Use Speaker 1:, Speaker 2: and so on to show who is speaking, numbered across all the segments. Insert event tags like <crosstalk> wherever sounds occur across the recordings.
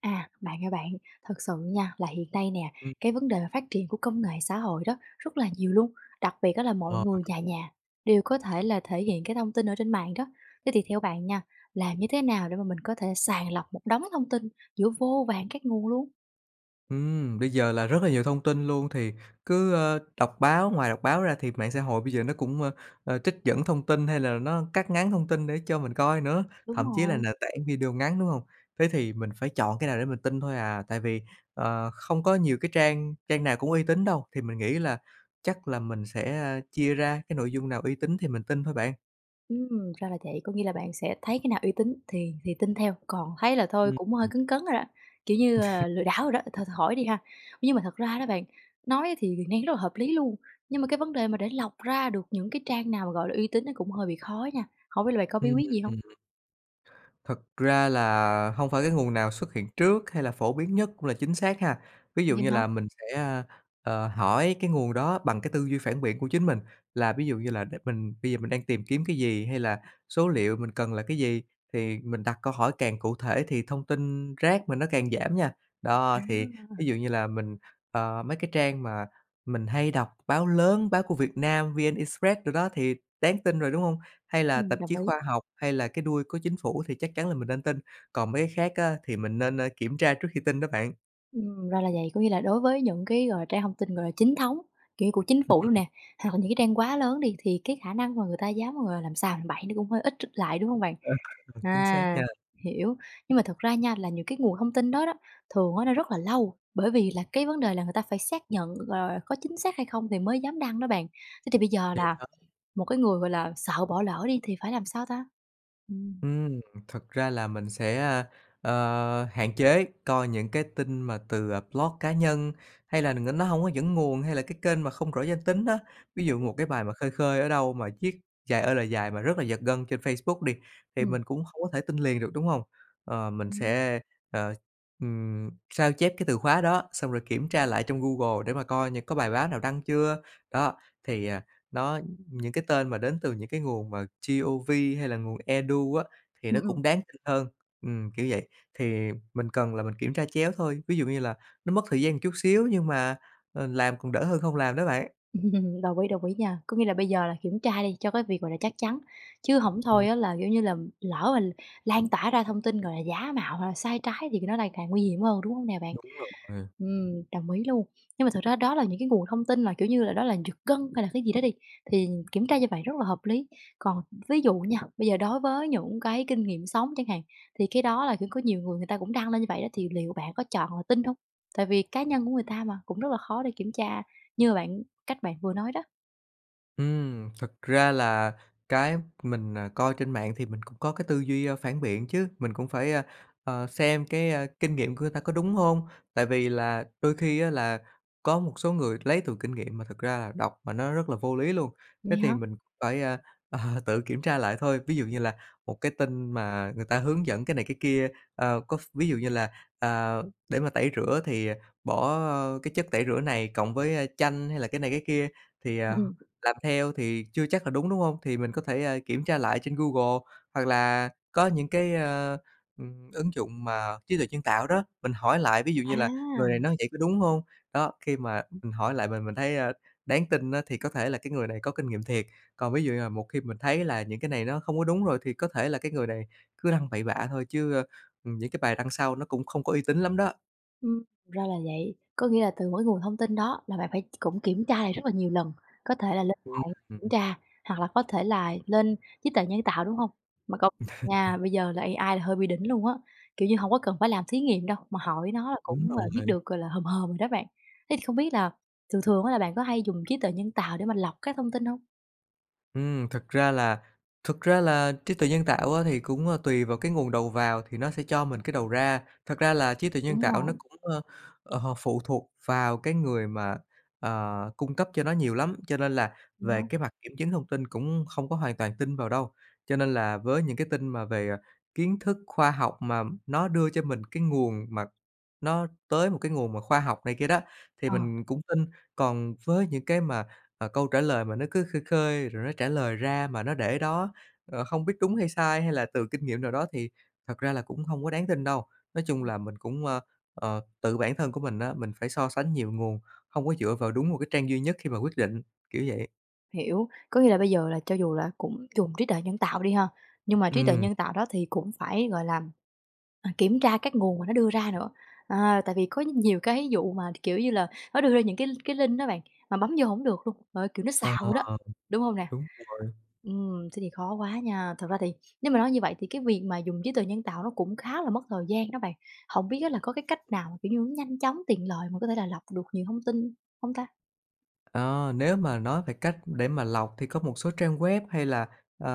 Speaker 1: Bạn ơi bạn, thật sự nha là hiện nay nè,
Speaker 2: Ừm,
Speaker 1: cái vấn đề mà phát triển của công nghệ xã hội đó rất là nhiều luôn, đặc biệt á là mọi
Speaker 2: ờ,
Speaker 1: người nhà
Speaker 2: đúng rồi.
Speaker 1: nhà đều có thể là thể hiện cái thông tin ở trên mạng đó. Thế thì theo bạn nha, làm như thế nào để mà mình có thể sàng lọc một đống thông tin giữa vô vàn các nguồn luôn?
Speaker 2: Bây giờ là rất là nhiều thông tin luôn thì cứ, đọc báo, ngoài đọc báo ra thì mạng xã hội bây giờ nó cũng, trích dẫn thông tin hay là nó cắt ngắn thông tin để cho mình coi nữa,
Speaker 1: Đúng
Speaker 2: thậm chí là
Speaker 1: rồi.
Speaker 2: nền tảng video ngắn, đúng hông? Thế thì mình phải chọn cái nào để mình tin thôi à, tại vì, không có nhiều cái trang trang nào cũng uy tín đâu, thì mình nghĩ là chắc là mình sẽ, chia ra cái nội dung nào uy tín thì mình tin thôi bạn.
Speaker 1: Ra là vậy, có nghĩa là bạn sẽ thấy cái nào uy tín thì tin theo, còn thấy là thôi
Speaker 2: Ừm.
Speaker 1: cũng hơi cấn cấn rồi đó, kiểu như, lừa đảo rồi đó, thôi thôi hỏi đi ha. Nhưng mà thật ra đó bạn, nói thì Việt Nam rất là hợp lý luôn, nhưng mà cái vấn đề mà để lọc ra được những cái trang nào mà, gọi là, uy tín nó cũng hơi bị khó nha, không biết là bạn có bí quyết gì không?
Speaker 2: Ừm. Thật ra là không phải cái nguồn nào xuất hiện trước hay là phổ biến nhất cũng là chính xác ha. Ví dụ
Speaker 1: Vậy
Speaker 2: như
Speaker 1: hả?
Speaker 2: là mình sẽ, hỏi cái nguồn đó bằng cái tư duy phản biện của chính mình, là ví dụ như là để mình bây giờ mình đang tìm kiếm cái gì hay là số liệu mình cần là cái gì, thì mình đặt câu hỏi càng cụ thể thì thông tin rác mình nó càng giảm nha. Đó, thì ví dụ như là mình, mấy cái trang mà mình hay đọc báo lớn, báo của Việt Nam, VnExpress rồi đó thì đáng tin rồi, đúng không? Hay là tạp
Speaker 1: Đồng
Speaker 2: chí
Speaker 1: ý.
Speaker 2: khoa học, hay là cái đuôi của chính phủ thì chắc chắn là mình nên tin, còn mấy cái khác á thì mình nên, kiểm tra trước khi tin đó bạn.
Speaker 1: Ra là vậy, có nghĩa là đối với những cái, gọi là, trang thông tin, gọi là, chính thống, kiểu như, của chính
Speaker 2: Ừm.
Speaker 1: phủ luôn nè, hoặc là những cái trang quá lớn đi, thì cái khả năng mà người ta dám, gọi là, làm xàm làm bậy nó cũng hơi ít lại, đúng không bạn?
Speaker 2: Ờ, Chính xác nha.
Speaker 1: À, hiểu. Nhưng mà thật ra nha, là những cái nguồn thông tin đó đó, thường á nó rất là lâu, bởi vì là cái vấn đề là người ta phải xác nhận, có chính xác hay không thì mới dám đăng đó bạn. Thế thì bây giờ
Speaker 2: Vậy
Speaker 1: là một cái người, gọi là, sợ bỏ lỡ đi thì phải làm sao ta? Ừ,
Speaker 2: Ừm, Thật ra là mình sẽ, hạn chế coi những cái tin mà từ, blog cá nhân, hay là nó không có dẫn nguồn, hay là cái kênh mà không rõ danh tính đó. Ví dụ
Speaker 1: hiểu.
Speaker 2: một cái bài mà khơi khơi ở đâu mà viết dài ơi là dài mà rất là giật gân trên Facebook đi, thì
Speaker 1: Ừ,
Speaker 2: mình cũng không có thể tin liền được, đúng không? Mình
Speaker 1: ừ,
Speaker 2: sẽ, ờ, sao chép cái từ khóa đó, xong rồi kiểm tra lại trong Google để mà coi những có bài báo nào đăng chưa. Đó, thì, à, nó những cái tên mà đến từ những cái nguồn mà GOV hay là nguồn Edu á, thì nó
Speaker 1: ừ,
Speaker 2: cũng đáng tin hơn, kiểu vậy. Thì mình cần là mình kiểm tra chéo thôi, ví dụ như là nó mất thời gian một chút xíu nhưng mà, làm còn đỡ hơn không làm đó bạn.
Speaker 1: <laughs> đồng ý nha. Có nghĩa là bây giờ là kiểm tra đi cho cái việc, gọi là, chắc chắn, chứ hổng
Speaker 2: Ừm.
Speaker 1: thôi á là, kiểu như là, lỡ mà lan tỏa ra thông tin, gọi là, giả mạo hoặc là sai trái thì nó lại càng nguy hiểm hơn, đúng không nè bạn?
Speaker 2: Đúng rồi.
Speaker 1: Đồng ý luôn. Nhưng mà thật ra đó là những cái nguồn thông tin là, kiểu như là, đó là giật gân hay là cái gì đó đi, thì kiểm tra như vậy rất là hợp lý. Còn ví dụ nha, bây giờ đối với những cái kinh nghiệm sống chẳng hạn, thì cái đó là, kiểu, có nhiều người người ta cũng đăng lên như vậy đó, thì liệu bạn có chọn là tin không? Tại vì cá nhân của người ta mà, cũng rất là khó để kiểm tra. Như bạn cách bạn vừa nói đó.
Speaker 2: Thật ra là cái mình, coi trên mạng thì mình cũng có cái tư duy, phản biện chứ, mình cũng phải, xem cái, kinh nghiệm của người ta có đúng không? Tại vì là đôi khi á là có một số người lấy từ kinh nghiệm mà thực ra là đọc mà nó rất là vô lý luôn.
Speaker 1: Vậy
Speaker 2: Thế thì
Speaker 1: hả?
Speaker 2: mình cũng phải, ờ, <laughs> tự kiểm tra lại thôi. Ví dụ như là một cái tin mà người ta hướng dẫn cái này cái kia, có ví dụ như là, à, để mà tẩy rửa thì bỏ, cái chất tẩy rửa này cộng với, chanh hay là cái này cái kia thì,
Speaker 1: Ừm, ừm.
Speaker 2: làm theo thì chưa chắc là đúng, đúng không? Thì mình có thể, kiểm tra lại trên Google hoặc là có những cái, ứng dụng mà trí tuệ nhân tạo đó, mình hỏi lại, ví dụ
Speaker 1: À,
Speaker 2: như là "Người này nói vậy có đúng không? Đó, khi mà mình hỏi lại mình thấy, đáng tin á thì có thể là cái người này có kinh nghiệm thiệt, còn ví dụ như là một khi mình thấy là những cái này nó không có đúng rồi thì có thể là cái người này cứ đăng bậy bạ thôi chứ, những cái bài đăng sau nó cũng không có uy tín lắm đó.
Speaker 1: ra là vậy. Có nghĩa là từ mỗi nguồn thông tin đó là bạn phải cũng kiểm tra lại rất là nhiều lần, có thể là lên
Speaker 2: Ừm,
Speaker 1: mạng
Speaker 2: ừm.
Speaker 1: kiểm tra hoặc là có thể là lên trí tuệ nhân tạo, đúng không? Mà công nhận nha, bây giờ là AI là hơi bị đỉnh luôn á, kiểu như, không có cần phải làm thí nghiệm đâu, mà hỏi nó là
Speaker 2: Đúng
Speaker 1: cũng, biết
Speaker 2: rồi.
Speaker 1: được, gọi là, hòm hòm rồi đó bạn. Thế thì không biết là thường thường á là bạn có hay dùng trí tuệ nhân tạo để mà lọc các thông tin không?
Speaker 2: Thật ra là thực ra là trí tuệ nhân tạo á, thì cũng, tùy vào cái nguồn đầu vào thì nó sẽ cho mình cái đầu ra. Thật ra là trí tuệ nhân
Speaker 1: Đúng
Speaker 2: tạo nó
Speaker 1: rồi,
Speaker 2: cũng, phụ thuộc vào cái người mà, cung cấp cho nó nhiều lắm, cho nên là
Speaker 1: vậy hả?
Speaker 2: về cái mặt kiểm chứng thông tin cũng không có hoàn toàn tin vào đâu. Cho nên là với những cái tin mà về, kiến thức khoa học mà nó đưa cho mình cái nguồn mà nó tới một cái nguồn mà khoa học này kia đó, thì
Speaker 1: Ờ.
Speaker 2: mình cũng tin. Còn với những cái mà Ờ, Câu trả lời mà nó cứ khơi khơi, rồi nó trả lời ra mà nó để đó, không biết đúng hay sai hay là từ kinh nghiệm nào đó thì thật ra là cũng không có đáng tin đâu. Nói chung là mình cũng, tự bản thân của mình á, mình phải so sánh nhiều nguồn, không có dựa vào đúng một cái trang duy nhất khi mà quyết định, kiểu vậy.
Speaker 1: Hiểu, có nghĩa là bây giờ là cho dù là cũng dùng trí tuệ nhân tạo đi ha, nhưng mà trí tuệ
Speaker 2: Ừm,
Speaker 1: nhân tạo đó thì cũng phải, gọi là, kiểm tra các nguồn mà nó đưa ra nữa. Tại vì có nhiều cái vụ mà, kiểu như là, nó đưa ra những cái link đó bạn, mà bấm vô không được luôn, trời kiểu, nó
Speaker 2: ờ,
Speaker 1: xạo đó, đúng không nè?
Speaker 2: đúng rồi.
Speaker 1: Thế thì khó quá nha. Thật ra thì nếu mà nói như vậy thì cái việc mà dùng trí tuệ nhân tạo nó cũng khá là mất thời gian đó bạn. Không biết á là có cái cách nào mà, kiểu như, nó nhanh chóng, tiện lợi mà có thể là lọc được nhiều thông tin không ta?
Speaker 2: Ờ, Nếu mà nói về cách để mà lọc thì có một số trang web hay là, ờ,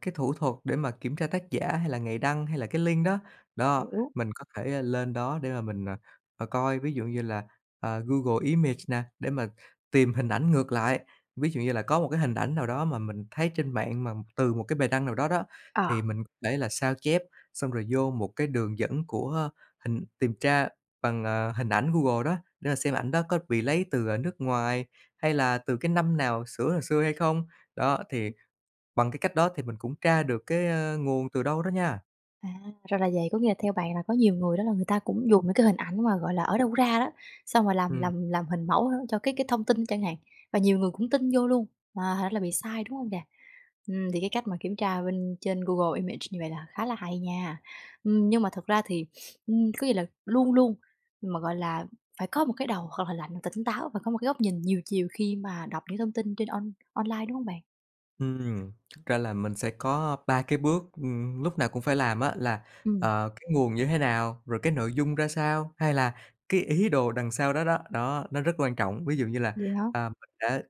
Speaker 2: cái thủ thuật để mà kiểm tra tác giả hay là ngày đăng hay là cái link đó. Đó,
Speaker 1: Hiểu.
Speaker 2: mình có thể lên đó để mà mình, coi, ví dụ như là, Google Image nè, để mà tìm hình ảnh ngược lại. Ví dụ như là có một cái hình ảnh nào đó mà mình thấy trên mạng mà từ một cái bài đăng nào đó đó,
Speaker 1: Ờ.
Speaker 2: thì mình có thể là sao chép, xong rồi vô một cái đường dẫn của hình tìm tra bằng, hình ảnh Google đó, để mà xem ảnh đó có bị lấy từ, nước ngoài hay là từ cái năm nào sửa hồi xưa hay không? Đó, thì bằng cái cách đó thì mình cũng tra được cái, nguồn từ đâu đó nha.
Speaker 1: À, ra là vậy, có nghĩa là theo bạn là có nhiều người đó là người ta cũng dùng những cái hình ảnh mà, gọi là, ở đâu ra đó, xong rồi làm
Speaker 2: Ừm.
Speaker 1: làm làm hình mẫu cho cái thông tin chẳng hạn, và nhiều người cũng tin vô luôn, mà thành ra là bị sai, đúng không nè? Thì cái cách mà kiểm tra bên trên Google Image như vậy là khá là hay nha. Nhưng mà thật ra thì, có nghĩa là luôn luôn mà, gọi là, phải có một cái đầu thật là lạnh, tỉnh táo và có một cái góc nhìn nhiều chiều khi mà đọc những thông tin trên on online, đúng không bạn?
Speaker 2: Thực ra là mình sẽ có 3 cái bước, lúc nào cũng phải làm á, là,
Speaker 1: Ừm.
Speaker 2: cái nguồn như thế nào, rồi cái nội dung ra sao, hay là cái ý đồ đằng sau đó đó, đó, nó rất quan trọng. Ví dụ như là,
Speaker 1: Vậy hả?
Speaker 2: mình đã,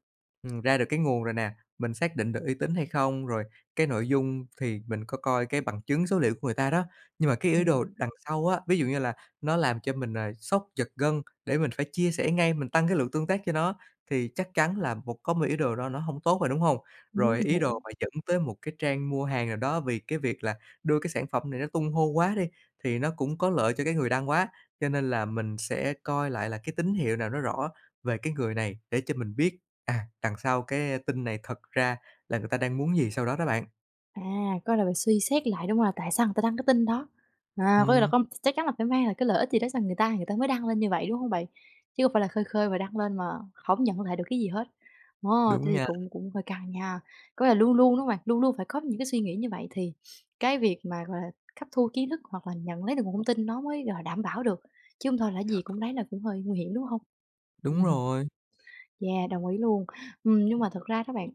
Speaker 2: ra được cái nguồn rồi nè, mình xác định được uy tín hay không, rồi cái nội dung thì mình có coi cái bằng chứng số liệu của người ta đó. Nhưng mà cái ý đồ
Speaker 1: Ừm.
Speaker 2: đằng sau á, ví dụ như là nó làm cho mình, sốc, giật gân để mình phải chia sẻ ngay, mình tăng cái lượng tương tác cho nó, thì chắc chắn là một có một ý đồ đó nó không tốt rồi, đúng không? Rồi ý đồ
Speaker 1: Hiểu.
Speaker 2: mà dẫn tới một cái trang mua hàng nào đó vì cái việc là đưa cái sản phẩm này nó tung hô quá đi, thì nó cũng có lợi cho cái người đăng quá, cho nên là mình sẽ coi lại là cái tín hiệu nào nó rõ về cái người này để cho mình biết, đằng sau cái tin này thật ra là người ta đang muốn gì sau đó đó bạn.
Speaker 1: À, có là phải suy xét lại, đúng không? Là tại sao người ta đăng cái tin đó? Có nghĩa là
Speaker 2: Ừm,
Speaker 1: có chắc chắn là phải mang lại cái lợi ích gì đó cho người ta mới đăng lên như vậy, đúng không bạn? Chứ không phải là khơi khơi mà đăng lên mà không nhận lại được cái gì hết. Ờ, thế
Speaker 2: đúng
Speaker 1: thì
Speaker 2: nha,
Speaker 1: cũng cũng hơi căng nha. Có nghĩa là luôn luôn, đúng không bạn? Luôn luôn phải có những cái suy nghĩ như vậy thì cái việc mà, gọi là, hấp thu kiến thức hoặc là nhận lấy được nguồn thông tin nó mới, gọi là, đảm bảo được, chứ không thôi là gì cũng lấy là cũng hơi nguy hiểm, đúng không? <laughs>
Speaker 2: đúng
Speaker 1: Ừm,
Speaker 2: rồi.
Speaker 1: yeah, đồng ý luôn. Nhưng mà thật ra đó bạn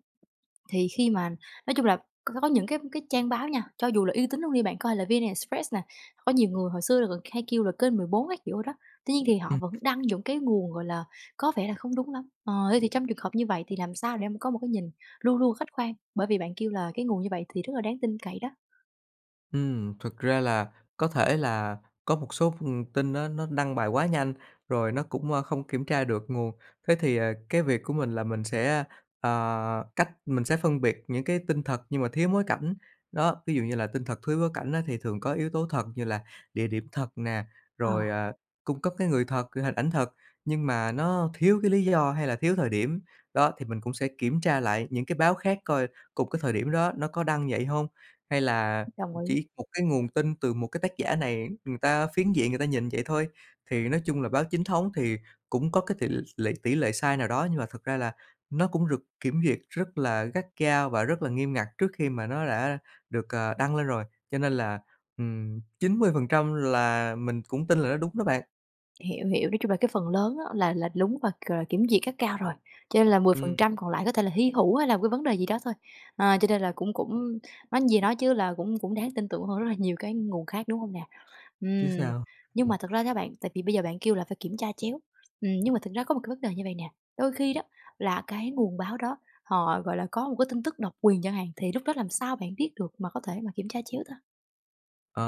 Speaker 1: thì khi mà nói chung là có những cái trang báo nha, cho dù là uy tín luôn đi bạn, coi là VN Express nè, có nhiều người hồi xưa là còn hay kêu là kênh 14 các kiểu đó, tuy nhiên thì họ
Speaker 2: Ừm.
Speaker 1: vẫn đăng những cái nguồn, gọi là, có vẻ là không đúng lắm. Ờ, thế thì trong trường hợp như vậy thì làm sao để em có một cái nhìn luôn luôn khách quan, bởi vì bạn kêu là cái nguồn như vậy thì rất là đáng tin cậy đó.
Speaker 2: Thực ra là có thể là có một số thông tin nó đăng bài quá nhanh, rồi nó cũng, không kiểm tra được nguồn. Thế thì, cái việc của mình là cách mình sẽ phân biệt những cái tin thật nhưng mà thiếu bối cảnh. Đó, ví dụ như là tin thật thiếu bối cảnh á thì thường có yếu tố thật như là địa điểm thật nè,
Speaker 1: Ờ,
Speaker 2: rồi, cung cấp cái người thật, cái hình ảnh thật, nhưng mà nó thiếu cái lý do hay là thiếu thời điểm. Đó, thì mình cũng sẽ kiểm tra lại những cái báo khác coi cùng cái thời điểm đó nó có đăng vậy không? Hay là
Speaker 1: đồng ý.
Speaker 2: chỉ một cái nguồn tin từ một cái tác giả này, người ta phiến diện người ta nhìn vậy thôi. Thì nói chung là báo chính thống thì cũng có cái tỷ lệ sai nào đó, nhưng mà thật ra là nó cũng được kiểm duyệt rất là gắt gao và rất là nghiêm ngặt trước khi mà nó đã được, đăng lên rồi. Cho nên là, 90% là mình cũng tin là nó đúng đó bạn.
Speaker 1: Hiểu, hiểu, nói chung là cái phần lớn á là đúng và, gọi là, kiểm duyệt các cao rồi, cho nên là mười phần
Speaker 2: Ừm,
Speaker 1: trăm còn lại có thể là hy hữu hay là một cái vấn đề gì đó thôi. Ờ, cho nên là cũng cũng nói gì nói chứ là cũng cũng đáng tin tưởng hơn rất là nhiều cái nguồn khác, đúng không nè?
Speaker 2: chứ
Speaker 1: Ừm,
Speaker 2: sao.
Speaker 1: nhưng mà thật ra các bạn, tại vì bây giờ bạn kêu là phải kiểm tra chéo, nhưng mà thật ra có một cái vấn đề như vậy nè, đôi khi đó là cái nguồn báo đó họ, gọi là, có một cái tin tức độc quyền chẳng hạn, thì lúc đó làm sao bạn biết được mà có thể mà kiểm tra chéo ta?
Speaker 2: Ờ,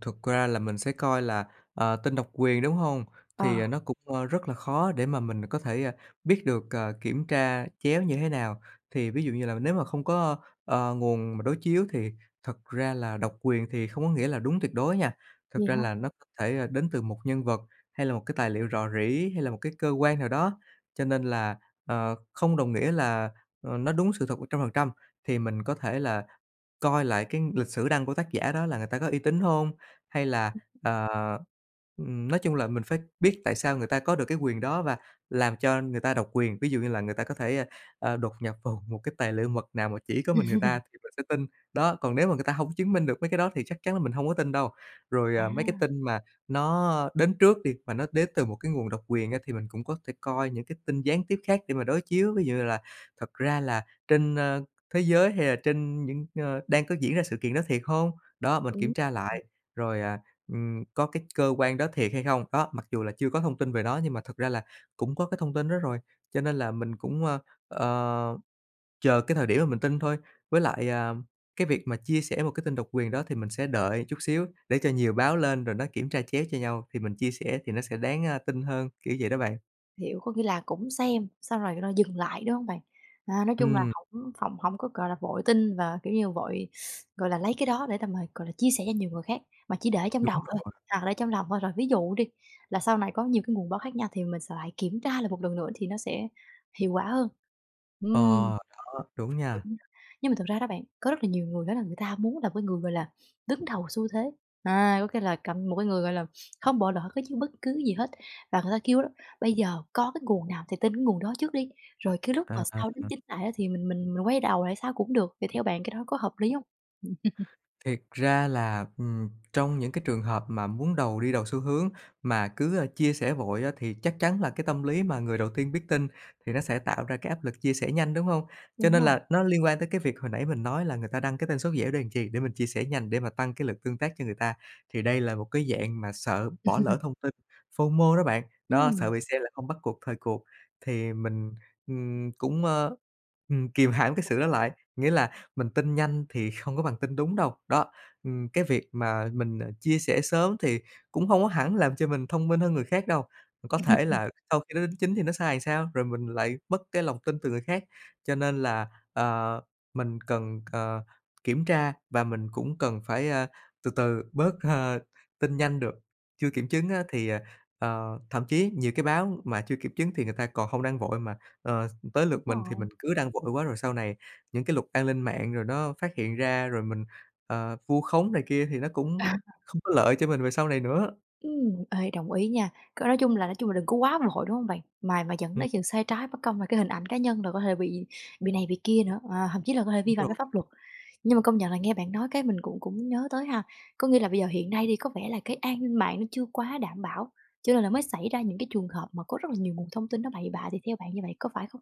Speaker 2: Thực ra là mình sẽ coi là, tên độc quyền, đúng không? Thì,
Speaker 1: Ờ.
Speaker 2: nó cũng, rất là khó để mà mình có thể, biết được, kiểm tra chéo như thế nào. Thì ví dụ như là nếu mà không có, nguồn mà đối chiếu thì thật ra là độc quyền thì không có nghĩa là đúng tuyệt đối nha. Thực
Speaker 1: Vậy
Speaker 2: ra
Speaker 1: hả?
Speaker 2: là nó có thể, đến từ một nhân vật hay là một cái tài liệu rò rỉ, hay là một cái cơ quan nào đó, cho nên là, không đồng nghĩa là, nó đúng sự thật 100%. Thì mình có thể là coi lại cái lịch sử đăng của tác giả đó là người ta có uy tín hông? Hay là, ờ, nói chung là mình phải biết tại sao người ta có được cái quyền đó và làm cho người ta độc quyền. Ví dụ như là người ta có thể, đột nhập vào một cái tài liệu mật nào mà chỉ có mình người ta thì mình sẽ tin. Đó, còn nếu mà người ta hông chứng minh được mấy cái đó thì chắc chắn là mình hông có tin đâu. Rồi, mấy cái
Speaker 1: À.
Speaker 2: tin mà nó đến trước đi, mà nó đến từ một cái nguồn độc quyền á thì mình cũng có thể coi những cái tin gián tiếp khác để mà đối chiếu. Ví dụ như là thật ra là trên, thế giới hay là trên những, đang có diễn ra sự kiện đó thiệt không. Đó, mình
Speaker 1: Ừ.
Speaker 2: kiểm tra lại, rồi, có cái cơ quan đó thiệt hay không? Đó, mặc dù là chưa có thông tin về nó nhưng mà thật ra là cũng có cái thông tin đó rồi, cho nên là mình cũng, ờ, chờ cái thời điểm mà mình tin thôi. Với lại, cái việc mà chia sẻ một cái tin độc quyền đó thì mình sẽ đợi chút xíu để cho nhiều báo lên rồi nó kiểm tra chéo cho nhau thì mình chia sẻ thì nó sẽ đáng, tin hơn, kiểu vậy đó bạn.
Speaker 1: Hiểu, có nghĩa là cũng xem, xong rồi nó dừng lại, đúng hông bạn? Nói chung là
Speaker 2: Ừm,
Speaker 1: hổng hổng hổng có, gọi là, vội tin và, kiểu như, vội, gọi là, lấy cái đó để tầm, gọi là, chia sẻ cho nhiều người khác, mà chỉ để trong
Speaker 2: đúng
Speaker 1: đầu thôi,
Speaker 2: rồi.
Speaker 1: hoặc để trong lòng thôi. Rồi ví dụ đi, là sau này có nhiều cái nguồn báo khác nhau thì mình sẽ lại kiểm tra lại một lần nữa thì nó sẽ hiệu quả hơn.
Speaker 2: Ờ,
Speaker 1: Ừm.
Speaker 2: đó, đúng
Speaker 1: Kiểu
Speaker 2: nha.
Speaker 1: như nhưng mà thực ra đó bạn, có rất là nhiều người đó là người ta muốn là một cái người, gọi là, đứng đầu xu thế, có nghĩa là cầm một cái người, gọi là, không bỏ lỡ cái chứ bất cứ gì hết. Và người ta kêu đó, bây giờ có cái nguồn nào thì tin cái nguồn đó trước đi, rồi cái lúc mà
Speaker 2: À,
Speaker 1: sau đến chính lại á thì mình quay đầu lại sao cũng được, thì theo bạn cái đó có hợp lý không?
Speaker 2: thiệt ra là, trong những cái trường hợp mà muốn đầu đi đầu xu hướng mà cứ, chia sẻ vội á, thì chắc chắn là cái tâm lý mà người đầu tiên biết tin thì nó sẽ tạo ra cái áp lực chia sẻ nhanh, đúng không?
Speaker 1: <laughs>
Speaker 2: Cho
Speaker 1: Đúng
Speaker 2: nên
Speaker 1: rồi.
Speaker 2: là nó liên quan tới cái việc hồi nãy mình nói là người ta đăng cái tên số dễ để làm chi, để mình chia sẻ nhanh để mà tăng cái lực tương tác cho người ta. Thì đây là một cái dạng mà sợ bỏ lỡ thông tin, FOMO đó bạn, đó, sợ
Speaker 1: Ừm.
Speaker 2: bị xem là không bắt cuộc thời cuộc. Thì mình, ừm, cũng, ơ, kìm hãm cái sự đó lại, nghĩa là mình tin nhanh thì không có bằng tin đúng đâu. Đó, cái việc mà mình, chia sẻ sớm thì cũng hông có hẳn làm cho mình thông minh hơn người khác đâu. Có thể
Speaker 1: <laughs>
Speaker 2: là sau khi nó đính chính thì nó sai sao, rồi mình lại mất cái lòng tin từ người khác. Cho nên là, ờ, mình cần, kiểm tra và mình cũng cần phải, từ từ bớt, tin nhanh được. Chưa kiểm chứng á thì, thậm chí nhiều cái báo mà chưa kiểm chứng thì người ta còn hông đăng vội mà, ờ, tới
Speaker 1: Đúng
Speaker 2: lượt mình thì
Speaker 1: rồi.
Speaker 2: mình cứ đăng vội quá rồi sau này những cái luật an ninh mạng rồi nó phát hiện ra, rồi mình, vu khống này kia thì nó cũng không có lợi cho mình về sau này nữa.
Speaker 1: Ê, đồng ý nha. Nói chung là đừng có quá vội, đúng không bạn? Mà dẫn
Speaker 2: Ừm,
Speaker 1: đến chuyện sai trái bất công là cái hình ảnh cá nhân rồi có thể bị này bị kia nữa, thậm chí là có thể vi
Speaker 2: đúng
Speaker 1: phạm đến
Speaker 2: rồi.
Speaker 1: pháp luật. Nhưng mà công nhận là nghe bạn nói cái mình cũng cũng nhớ tới ha. Có nghĩa là bây giờ hiện nay đi, có vẻ là cái an ninh mạng nó chưa quá đảm bảo, cho nên là mới xảy ra những cái trường hợp mà có rất là nhiều nguồn thông tin nó bậy bạ thì theo bạn như vậy, có phải không?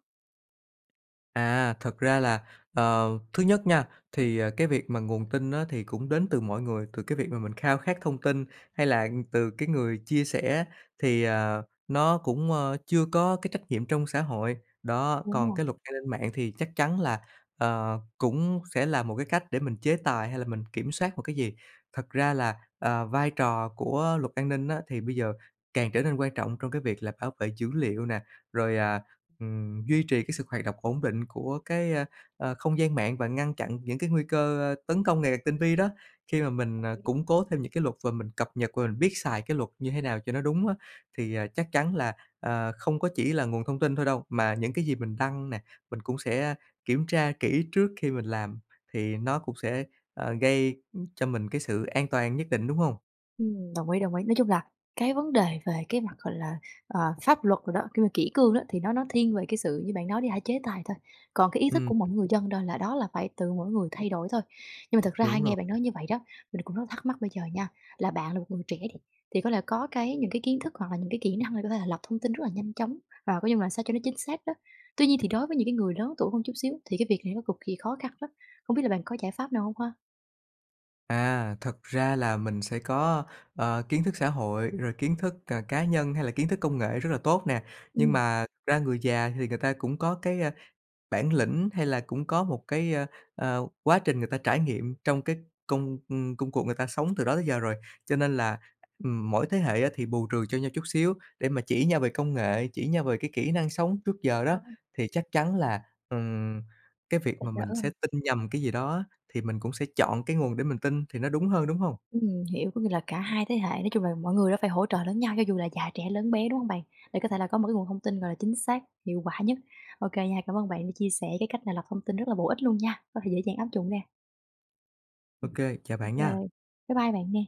Speaker 2: À, thật ra là, thứ nhất nha, thì, cái việc mà nguồn tin á thì cũng đến từ mọi người, từ cái việc mà mình khao khát thông tin hay là từ cái người chia sẻ thì, nó cũng, chưa có cái trách nhiệm trong xã hội. Đó,
Speaker 1: Đúng
Speaker 2: còn
Speaker 1: rồi.
Speaker 2: cái luật an ninh mạng thì chắc chắn là, cũng sẽ là một cái cách để mình chế tài hay là mình kiểm soát một cái gì. Thật ra là, vai trò của luật an ninh á thì bây giờ càng trở nên quan trọng trong cái việc là bảo vệ dữ liệu nè, rồi, duy trì cái sự hoạt động ổn định của cái, không gian mạng và ngăn chặn những cái nguy cơ, tấn công ngày càng tinh vi đó. Khi mà mình, củng cố thêm những cái luật và mình cập nhật và mình biết xài cái luật như thế nào cho nó đúng á, thì, chắc chắn là, không có chỉ là nguồn thông tin thôi đâu, mà những cái gì mình đăng nè, mình cũng sẽ kiểm tra kỹ trước khi mình làm thì nó cũng sẽ, gây cho mình cái sự an toàn nhất định, đúng không?
Speaker 1: Đồng ý, đồng ý. Nói chung là cái vấn đề về cái mặt, gọi là, pháp luật rồi đó, cái mà kỷ cương đó thì nó thiên về cái sự như bạn nói đi ha, chế tài thôi. Còn cái ý thức
Speaker 2: Ừm,
Speaker 1: của mỗi người dân đó là phải từ mỗi người thay đổi thôi. Nhưng mà thật ra hay
Speaker 2: đúng
Speaker 1: nghe
Speaker 2: rồi.
Speaker 1: bạn nói như vậy đó, mình cũng rất thắc mắc bây giờ nha, là bạn là một người trẻ đi, thì có lẽ có cái những cái kiến thức hoặc là những cái kỹ năng để có thể là lọc thông tin rất là nhanh chóng và có như là sao cho nó chính xác đó. Tuy nhiên thì đối với những cái người lớn tuổi hơn chút xíu thì cái việc này nó cực kỳ khó khăn lắm. Không biết là bạn có giải pháp nào không ha?
Speaker 2: À, thật ra là mình sẽ có, kiến thức xã hội, rồi kiến thức, cá nhân hay là kiến thức công nghệ rất là tốt nè. Nhưng
Speaker 1: Ừ.
Speaker 2: mà thực ra người già thì người ta cũng có cái, bản lĩnh hay là cũng có một cái, quá trình người ta trải nghiệm trong cái công công cuộc người ta sống từ đó tới giờ rồi. Cho nên là, mỗi thế hệ á thì bù trừ cho nhau chút xíu để mà chỉ nhau về công nghệ, chỉ nhau về cái kỹ năng sống trước giờ đó,
Speaker 1: Có,
Speaker 2: thì chắc chắn là, ừm, cái việc
Speaker 1: phải
Speaker 2: mà
Speaker 1: đỡ.
Speaker 2: mình sẽ tin nhầm cái gì đó thì mình cũng sẽ chọn cái nguồn để mình tin thì nó đúng hơn, đúng không?
Speaker 1: Hiểu, có nghĩa là cả hai thế hệ, nói chung là mọi người đã phải hỗ trợ lẫn nhau cho dù là già, trẻ, lớn bé, đúng không bạn? Để có thể là có một cái nguồn thông tin, gọi là, chính xác, hiệu quả nhất. OK nha, cảm ơn bạn đã chia sẻ cái cách là lọc thông tin rất là bổ ích luôn nha, có thể dễ dàng áp dụng nè. Ừm.
Speaker 2: OK, chào
Speaker 1: Ô
Speaker 2: bạn nha.
Speaker 1: bye bye bạn nè.